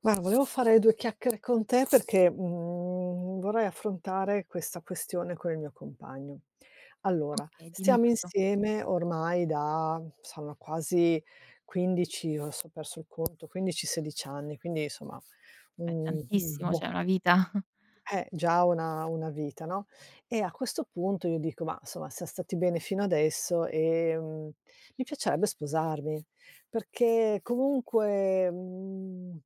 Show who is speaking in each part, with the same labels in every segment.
Speaker 1: Guarda, volevo fare 2 chiacchiere con te perché, vorrei affrontare questa questione con il mio compagno. Allora,
Speaker 2: Okay, dimmi
Speaker 1: stiamo
Speaker 2: tutto.
Speaker 1: insieme ormai da saranno quasi 15, adesso ho so, perso il conto, 15, 16 anni, quindi insomma
Speaker 2: È
Speaker 1: un
Speaker 2: tantissimo, cioè
Speaker 1: boh,
Speaker 2: una vita.
Speaker 1: già una vita, no, e a questo punto io dico: "Ma insomma siam stati bene fino adesso, mi piacerebbe sposarmi", perché comunque,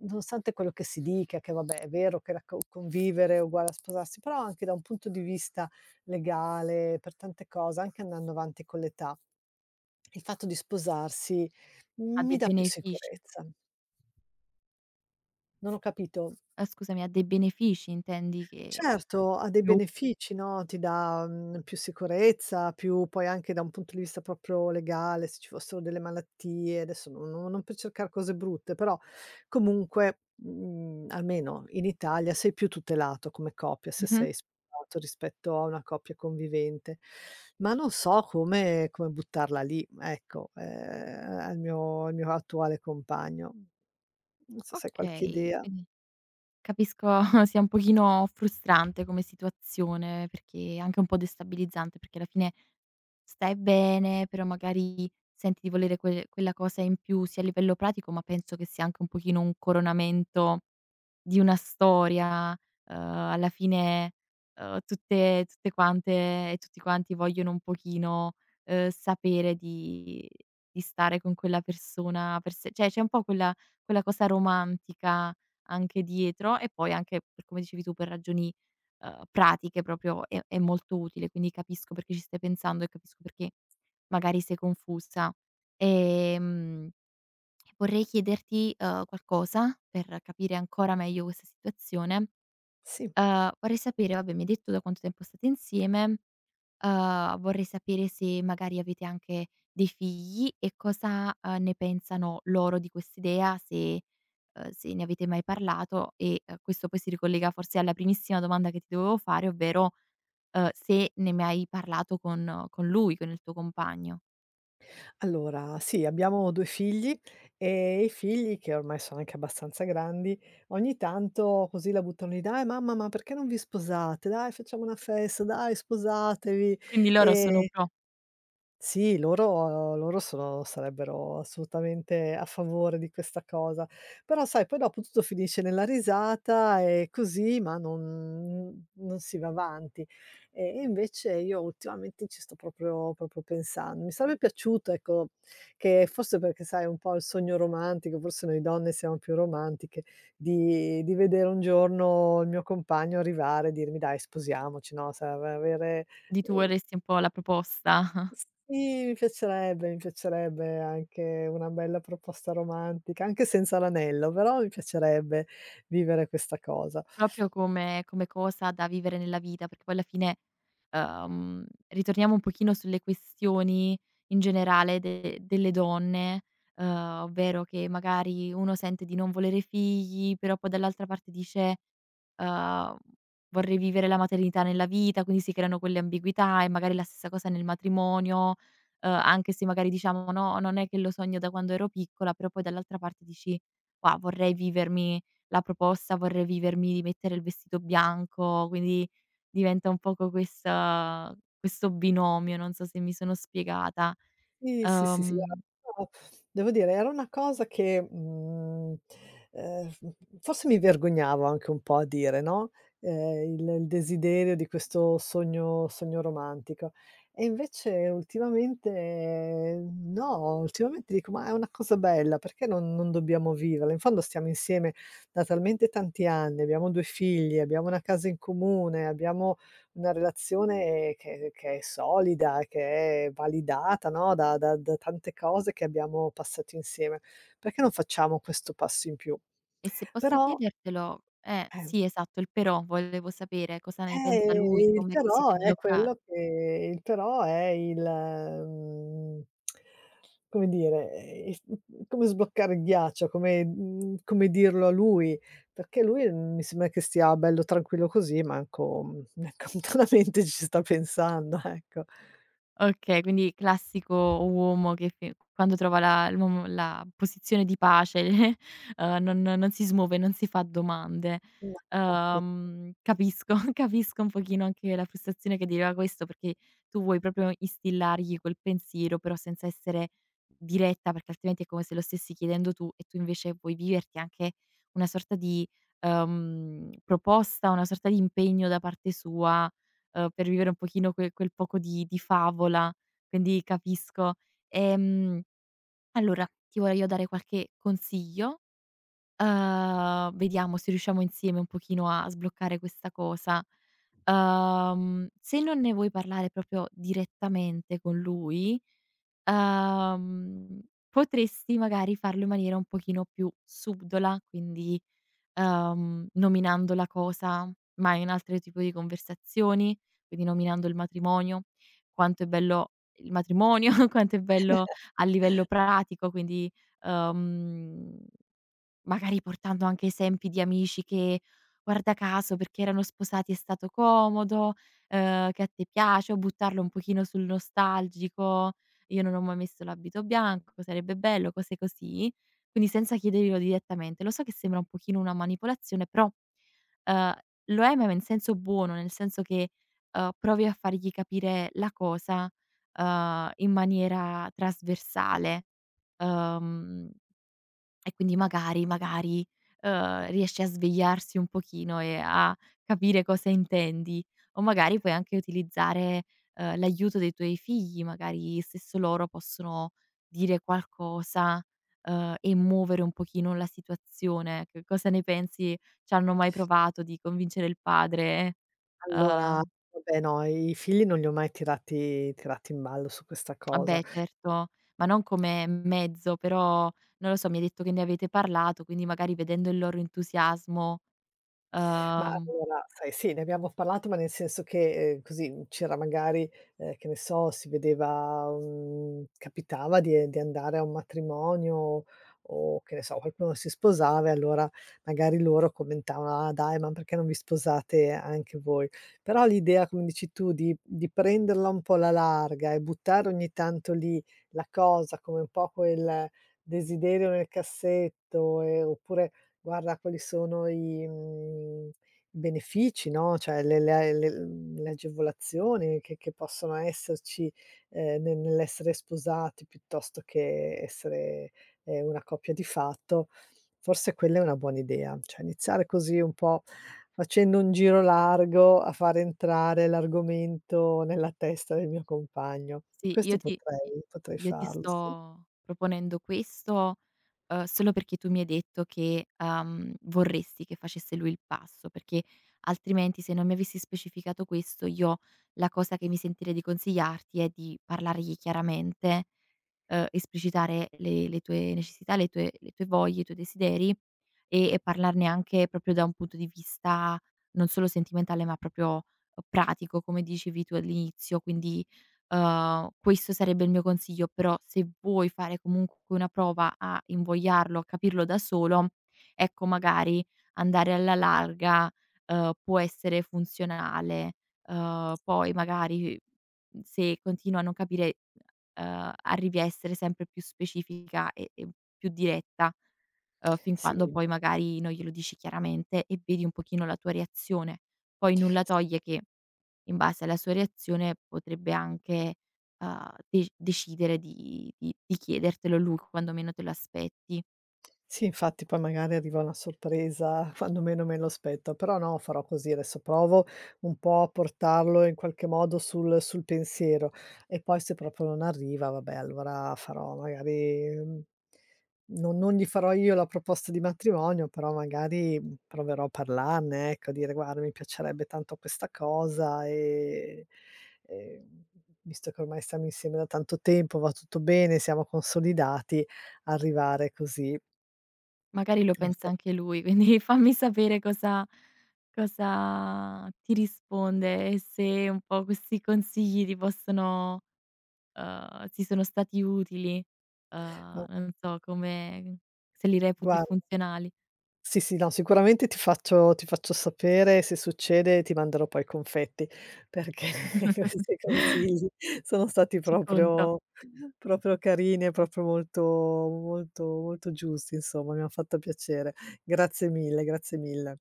Speaker 1: nonostante quello che si dica, che vabbè è vero che la co convivere è uguale a sposarsi, però anche da un punto di vista legale, per tante cose, anche andando avanti con l'età, il fatto di sposarsi
Speaker 2: Ha
Speaker 1: mi
Speaker 2: dei
Speaker 1: dà più
Speaker 2: benefici.
Speaker 1: sicurezza. Non ho capito?
Speaker 2: Ah, scusami, ha dei benefici intendi che
Speaker 1: Certo, ha dei
Speaker 2: più.
Speaker 1: benefici, no, ti dà, più sicurezza, più poi anche da un punto di vista proprio legale, se ci fossero delle malattie, adesso no no non per cercare cose brutte, però comunque, almeno in Italia sei più tutelato come coppia se
Speaker 2: Mh-mh.
Speaker 1: sei sposato rispetto a una coppia convivente. Ma non so come buttarla lì, ecco, al mio attuale compagno. Non so se hai qualche
Speaker 2: Okay,
Speaker 1: idea.
Speaker 2: quindi capisco sia un pochino frustrante come situazione, perché anche un po' destabilizzante, perché alla fine stai bene, però magari senti di volere quella cosa in più sia a livello pratico, ma penso che sia anche un pochino un coronamento di una storia, alla fine, tutte quante e tutti quanti vogliono un pochino, sapere di stare con quella persona per se cioè c'è un po' quella cosa romantica anche dietro e poi anche per come dicevi tu, per ragioni, pratiche proprio è molto utile, quindi capisco perché ci stai pensando e capisco perché magari sei confusa. Ehm Vorrei chiederti, qualcosa per capire ancora meglio questa situazione.
Speaker 1: Sì.
Speaker 2: Vorrei sapere, vabbè, mi hai detto da quanto tempo state insieme, vorrei sapere se magari avete anche dei figli e cosa, ne pensano loro di quest'idea, se se ne avete mai parlato e, questo poi si ricollega forse alla primissima domanda che ti dovevo fare, ovvero, se ne hai mai parlato con lui, con il tuo compagno.
Speaker 1: Allora, sì, abbiamo 2 figli, e i figli, che ormai sono anche abbastanza grandi, ogni tanto così la buttano lì: "Dai mamma, ma perché non vi sposate? Dai facciamo una festa, dai sposatevi".
Speaker 2: Quindi loro sono
Speaker 1: Ehm,
Speaker 2: pro,
Speaker 1: sì, loro sono sarebbero assolutamente a favore di questa cosa. Però sai, poi dopo tutto finisce nella risata e così, ma non si va avanti. E invece io ultimamente ci sto proprio pensan mi sarebbe piaciuto, ecco, che forse perché sai è un po' il sogno romantico, forse noi donne siamo più romantiche, di vedere un giorno il mio compagno arrivare e dirmi: "Dai, sposiamoci", no, sai, av avere,
Speaker 2: quindi tu
Speaker 1: ehm,
Speaker 2: vorresti un po' la proposta.
Speaker 1: sì, mi piacerebbe anche una bella proposta romantica, anche senza l'anello, però mi piacerebbe vivere questa cosa.
Speaker 2: Proprio come cosa da vivere nella vita, perché poi alla fine, ritorniamo un pochino sulle questioni in generale de delle donne, uhm, ovvero che magari uno sente di non volere figli, però poi dall'altra parte dice, uhm: "Vorrei vivere la maternità nella vita", quindi si creano quelle ambiguità e magari la stessa cosa nel matrimonio, anche se magari diciamo: "No, non è che lo sogno da quando ero piccola", però poi dall'altra parte dici: "Wa vorrei vivermi" la proposta "vorrei vivermi di mettere il vestito bianco", quindi diventa un poco questa questo binomio, non so se mi sono spiegata.
Speaker 1: Sì, sì, sì, sì,
Speaker 2: Uhm,
Speaker 1: guarda devo dire era una cosa che, f forse mi vergognavo anche un po' a dire, no, il desiderio di questo sogno romantico. E invece ultimamente no, ultimamente dico: "Ma è una cosa bella, perché non dobbiamo viverla? In fondo stiamo insieme da talmente tanti anni, abbiamo 2 figli, abbiamo una casa in comune, abbiamo" una relazione che è solida, che è validata, no, da tante cose che abbiamo passato insieme. Perché non facciamo questo passo in più?
Speaker 2: e se posso
Speaker 1: Però
Speaker 2: chiedertelo,
Speaker 1: eh,
Speaker 2: sì, esatto, il però volevo sapere cosa ne pensa lui,
Speaker 1: il
Speaker 2: come siete
Speaker 1: però è
Speaker 2: blocca.
Speaker 1: quello che il però è il come dire, il come sbloccare il ghiaccio, come come dirlo a lui, perché lui mi sembra che stia bello tranquillo così, manco neanche lontanamente ci sta pensando, ecco.
Speaker 2: Okay, quindi classico uomo che fi quando trova la posizione di pace, non si smuove, non si fa domande.
Speaker 1: Ma infatti.
Speaker 2: Capisco, capisco un pochino anche la frustrazione che deriva da questo, perché tu vuoi proprio instillargli quel pensiero, però senza essere diretta, perché altrimenti è come se lo stessi chiedendo tu e tu invece vuoi viverti anche una sorta di, proposta, una sorta di impegno da parte sua, per vivere un pochino quel poco di favola, quindi capisco. Ehm, allora ti vorrei io dare qualche consiglio, vediamo se riusciamo insieme un pochino a sbloccare questa cosa. Se non ne vuoi parlare proprio direttamente con lui, uhm, potresti magari farlo in maniera un pochino più subdola, quindi nominando la cosa, ma in altri tipo di conversazioni, quindi nominando il matrimonio, quanto è bello il matrimonio, quanto è bello a livello pratico, quindi, ehm magari portando anche esempi di amici che, guarda caso, perché erano sposati è stato comodo, che a te piace, o buttarlo un pochino sul nostalgico, "Io non ho mai messo l'abito bianco, sarebbe bello", cose così. Quindi senza chiederglielo direttamente. Lo so che sembra un pochino una manipolazione, però, ehm, lo è, ma in senso buono, nel senso che, provi a fargli capire la cosa, in maniera trasversale. Ehm e quindi magari, magari, riesce a svegliarsi un pochino e a capire cosa intendi. O magari puoi anche utilizzare, l'aiuto dei tuoi figli, magari stesso loro possono dire qualcosa, e muovere un pochino la situazione. Che cosa ne pensi? C'hanno mai provato di convincere il padre?
Speaker 1: Allora,
Speaker 2: Uhm,
Speaker 1: vabbè no, i figli non li ho mai tirati in ballo su questa
Speaker 2: vabbè
Speaker 1: cosa.
Speaker 2: certo, ma non come mezzo, però non lo so, mi hai detto che ne avete parlato, quindi magari vedendo il loro entusiasmo.
Speaker 1: Ma
Speaker 2: Uhm,
Speaker 1: allora, sai, sì, ne abbiamo parlato, ma nel senso che, così, c'era magari, che ne so, si vedeva un capitava di andare a un matrimonio o, che ne so, qualcuno si sposava e allora magari loro commentavano: "Ah dai, ma perché non vi sposate anche voi?" Però l'idea, come dici tu, di prenderla un po' alla larga e buttare ogni tanto lì la cosa come un po' quel desiderio nel cassetto, oppure: "Guarda quali sono i benefici, no, cioè le le agevolazioni che possono esserci, ne nell'essere sposati piuttosto che essere, una coppia di fatto, forse quella è una buona idea. Cioè iniziare così un po' facendo un giro largo a far entrare l'argomento nella testa del mio compagno.
Speaker 2: sì,
Speaker 1: Questo potrei
Speaker 2: io ti
Speaker 1: farlo, sì.
Speaker 2: sto proponendo questo, solo perché tu mi hai detto che, vorresti che facesse lui il passo, perché altrimenti se non mi avessi specificato questo, io la cosa che mi sentirei di consigliarti è di parlargli chiaramente, esplicitare le tue necessità, le tue voglie, i tuoi desideri e parlarne anche proprio da un punto di vista non solo sentimentale, ma proprio pratico, come dicevi tu all'inizio. Quindi, questo sarebbe il mio consiglio, però se vuoi fare comunque una prova a invogliarlo, a capirlo da solo, ecco magari andare alla larga, può essere funzionale. Poi magari se continua a non capire, arrivi a essere sempre più specifica e più diretta, fin
Speaker 1: Sì.
Speaker 2: quando poi magari non glielo dici chiaramente e vedi un pochino la tua reazione. Poi nulla toglie che, in base alla sua reazione, potrebbe anche, de decidere di chiedertelo lui quando meno te lo aspetti.
Speaker 1: Sì, infatti poi magari arriva una sorpresa quando meno me lo aspetto, però no, farò così, adesso provo un po' a portarlo in qualche modo sul pensiero e poi se proprio non arriva, vabbè allora farò magari non gli farò io la proposta di matrimonio, però magari, proverò a parlarne, ecco, a dire: "Guarda, mi piacerebbe tanto questa cosa e e, visto che ormai stiamo insieme da tanto tempo, va tutto bene, siamo consolidati", arrivare così.
Speaker 2: Magari lo
Speaker 1: Non
Speaker 2: pensa
Speaker 1: so,
Speaker 2: anche lui, quindi fammi sapere cosa ti risponde e se un po' questi consigli ti possono, ti sono stati utili,
Speaker 1: ma
Speaker 2: non so come, se li reputi
Speaker 1: guarda
Speaker 2: funzionali.
Speaker 1: sì, sì, no, sicuramente ti faccio sapere, se succede ti manderò poi i confetti, perché questi consigli sono stati
Speaker 2: Ci conto.
Speaker 1: proprio proprio carini e proprio molto giusti, insomma, mi han fatto piacere. Grazie mille, grazie mille.